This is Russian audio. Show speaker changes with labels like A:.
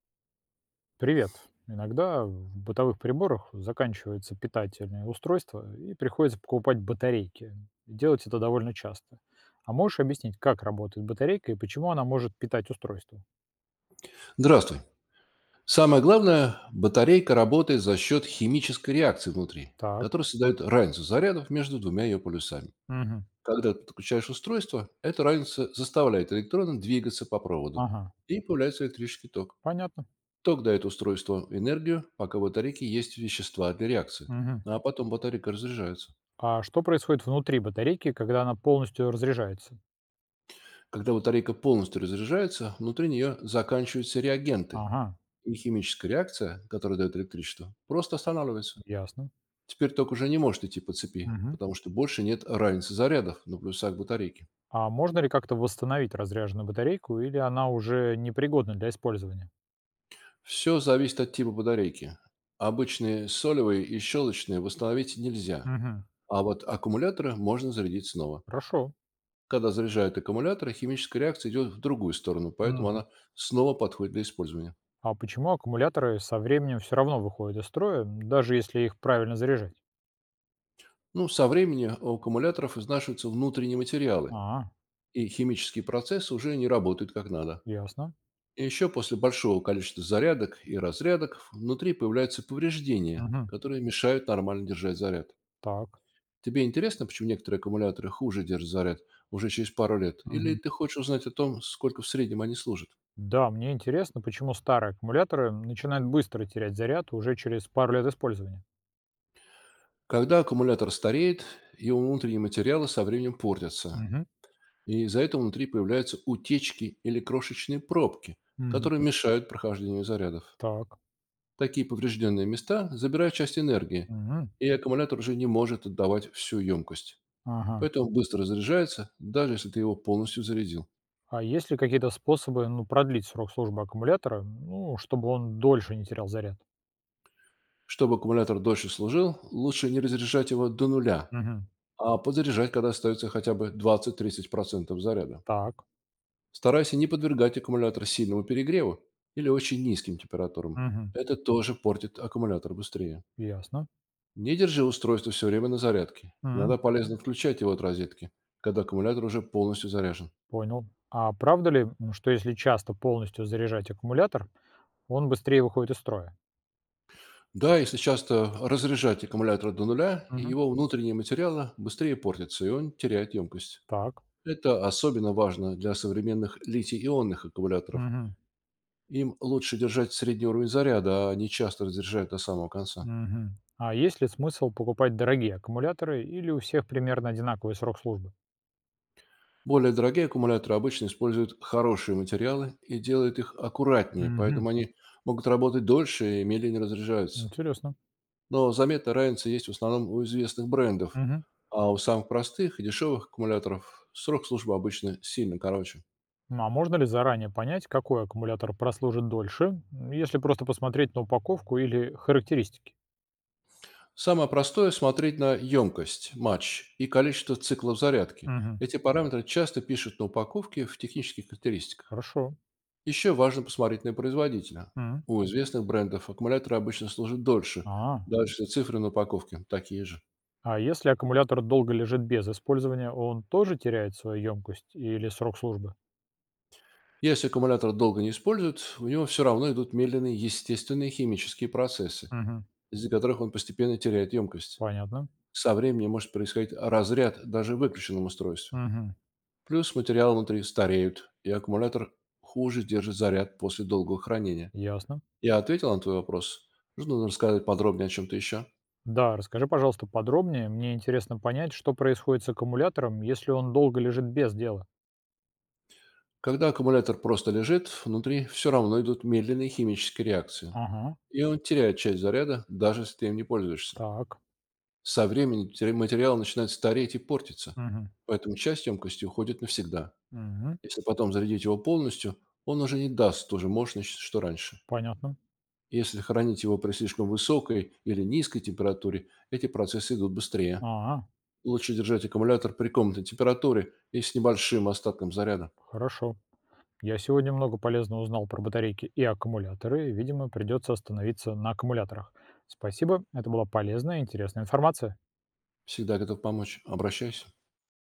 A: Привет. Иногда в бытовых приборах заканчивается питательное устройство и приходится покупать батарейки. Делать это довольно часто. А можешь объяснить, как работает батарейка и почему она может питать устройство?
B: Здравствуй. Самое главное, батарейка работает за счет химической реакции внутри,
A: Так.
B: которая создает разницу зарядов между двумя ее полюсами.
A: Мгм.
B: Когда ты подключаешь устройство, эта разница заставляет электроны двигаться по проводу,
A: Ага.
B: и появляется электрический ток.
A: Понятно.
B: Ток дает устройству энергию, пока в батарейке есть вещества для реакции,
A: Мгм.
B: а потом батарейка разряжается.
A: А что происходит внутри батарейки, когда она полностью разряжается?
B: Когда батарейка полностью разряжается, внутри нее заканчиваются реагенты,
A: Ага.
B: и химическая реакция, которая дает электричество, просто останавливается.
A: Ясно.
B: Теперь ток уже не может идти по цепи,
A: Мгм.
B: потому что больше нет равенства зарядов на плюсах батарейки.
A: А можно ли как-то восстановить разряженную батарейку или она уже непригодна для использования?
B: Все зависит от типа батарейки. Обычные солевые и щелочные восстановить нельзя,
A: Мгм.
B: а вот аккумуляторы можно зарядить снова.
A: Хорошо.
B: Когда заряжают аккумуляторы, химическая реакция идет в другую сторону, поэтому
A: Мгм.
B: она снова подходит для использования.
A: А почему аккумуляторы со временем все равно выходят из строя, даже если их правильно заряжать?
B: Ну, со временем у аккумуляторов изнашиваются внутренние материалы,
A: А,
B: и химические процессы уже не работают как надо.
A: ясно.
B: И еще после большого количества зарядок и разрядок внутри появляются повреждения,
A: Мгм.
B: которые мешают нормально держать заряд.
A: Так.
B: Тебе интересно, почему некоторые аккумуляторы хуже держат заряд уже через пару лет? Или
A: Мгм.
B: ты хочешь узнать о том, сколько в среднем они служат?
A: Да, мне интересно, почему старые аккумуляторы начинают быстро терять заряд уже через пару лет использования.
B: Когда аккумулятор стареет, его внутренние материалы со временем портятся.
A: Мгм.
B: И из-за этого внутри появляются утечки или крошечные пробки,
A: Мгм.
B: которые мешают прохождению зарядов.
A: Так.
B: Такие поврежденные места забирают часть энергии,
A: Мгм.
B: и аккумулятор уже не может отдавать всю емкость,
A: Ага.
B: поэтому быстро заряжается, даже если ты его полностью зарядил.
A: А есть ли какие-то способы, ну, продлить срок службы аккумулятора, ну, чтобы он дольше не терял заряд?
B: Чтобы аккумулятор дольше служил, лучше не разряжать его до нуля,
A: Мгм.
B: а подзаряжать, когда остается хотя бы 20-30% заряда.
A: Так.
B: Старайся не подвергать аккумулятор сильному перегреву или очень низким температурам.
A: Мгм.
B: Это тоже портит аккумулятор быстрее.
A: Ясно.
B: Не держи устройство все время на зарядке.
A: Мгм.
B: Иногда полезно включать его от розетки, когда аккумулятор уже полностью заряжен.
A: Понял. А правда ли, что если часто полностью заряжать аккумулятор, он быстрее выходит из строя?
B: Да, если часто разряжать аккумулятор до нуля,
A: Мгм.
B: его внутренние материалы быстрее портятся, и он теряет емкость.
A: Так.
B: Это особенно важно для современных литий-ионных аккумуляторов.
A: Мгм.
B: Им лучше держать средний уровень заряда, а не часто разряжать до самого конца.
A: Мгм. А есть ли смысл покупать дорогие аккумуляторы или у всех примерно одинаковый срок службы?
B: Более дорогие аккумуляторы обычно используют хорошие материалы и делают их аккуратнее,
A: Мгм.
B: поэтому они могут работать дольше и медленнее разряжаются.
A: Интересно.
B: Но заметная разница есть в основном у известных брендов,
A: Мгм.
B: а у самых простых и дешевых аккумуляторов срок службы обычно сильно короче.
A: Ну, а можно ли заранее понять, какой аккумулятор прослужит дольше, если просто посмотреть на упаковку или характеристики?
B: Самое простое — смотреть на емкость, матч и количество циклов зарядки.
A: Мгм.
B: Эти параметры часто пишут на упаковке в технических характеристиках.
A: Хорошо.
B: Еще важно посмотреть на производителя.
A: М.
B: У известных брендов аккумуляторы обычно служат дольше,
A: А,
B: даже если цифры на упаковке такие же.
A: а если аккумулятор долго лежит без использования, он тоже теряет свою емкость или срок службы?
B: Если аккумулятор долго не используют, у него все равно идут медленные естественные химические процессы,
A: Мгм.
B: из-за которых он постепенно теряет емкость.
A: Понятно.
B: Со временем может происходить разряд даже в выключенном устройстве.
A: Мгм.
B: Плюс материалы внутри стареют, и аккумулятор хуже держит заряд после долгого хранения.
A: Ясно.
B: Я ответил на твой вопрос. Нужно рассказать подробнее о чем-то еще.
A: Да, расскажи, пожалуйста, подробнее. Мне интересно понять, что происходит с аккумулятором, если он долго лежит без дела.
B: Когда аккумулятор просто лежит, внутри все равно идут медленные химические реакции.
A: Ага.
B: И он теряет часть заряда, даже если ты им не пользуешься.
A: Так.
B: Со временем материал начинает стареть и портиться.
A: Мгм.
B: Поэтому часть емкости уходит навсегда.
A: Мгм.
B: Если потом зарядить его полностью, он уже не даст ту же мощность, что раньше.
A: Понятно.
B: Если хранить его при слишком высокой или низкой температуре, эти процессы идут быстрее.
A: А,
B: Лучше держать аккумулятор при комнатной температуре и с небольшим остатком заряда.
A: хорошо. Я сегодня много полезного узнал про батарейки и аккумуляторы, и, видимо, придется остановиться на аккумуляторах. Спасибо, это была полезная и интересная информация.
B: Всегда готов помочь. Обращайся.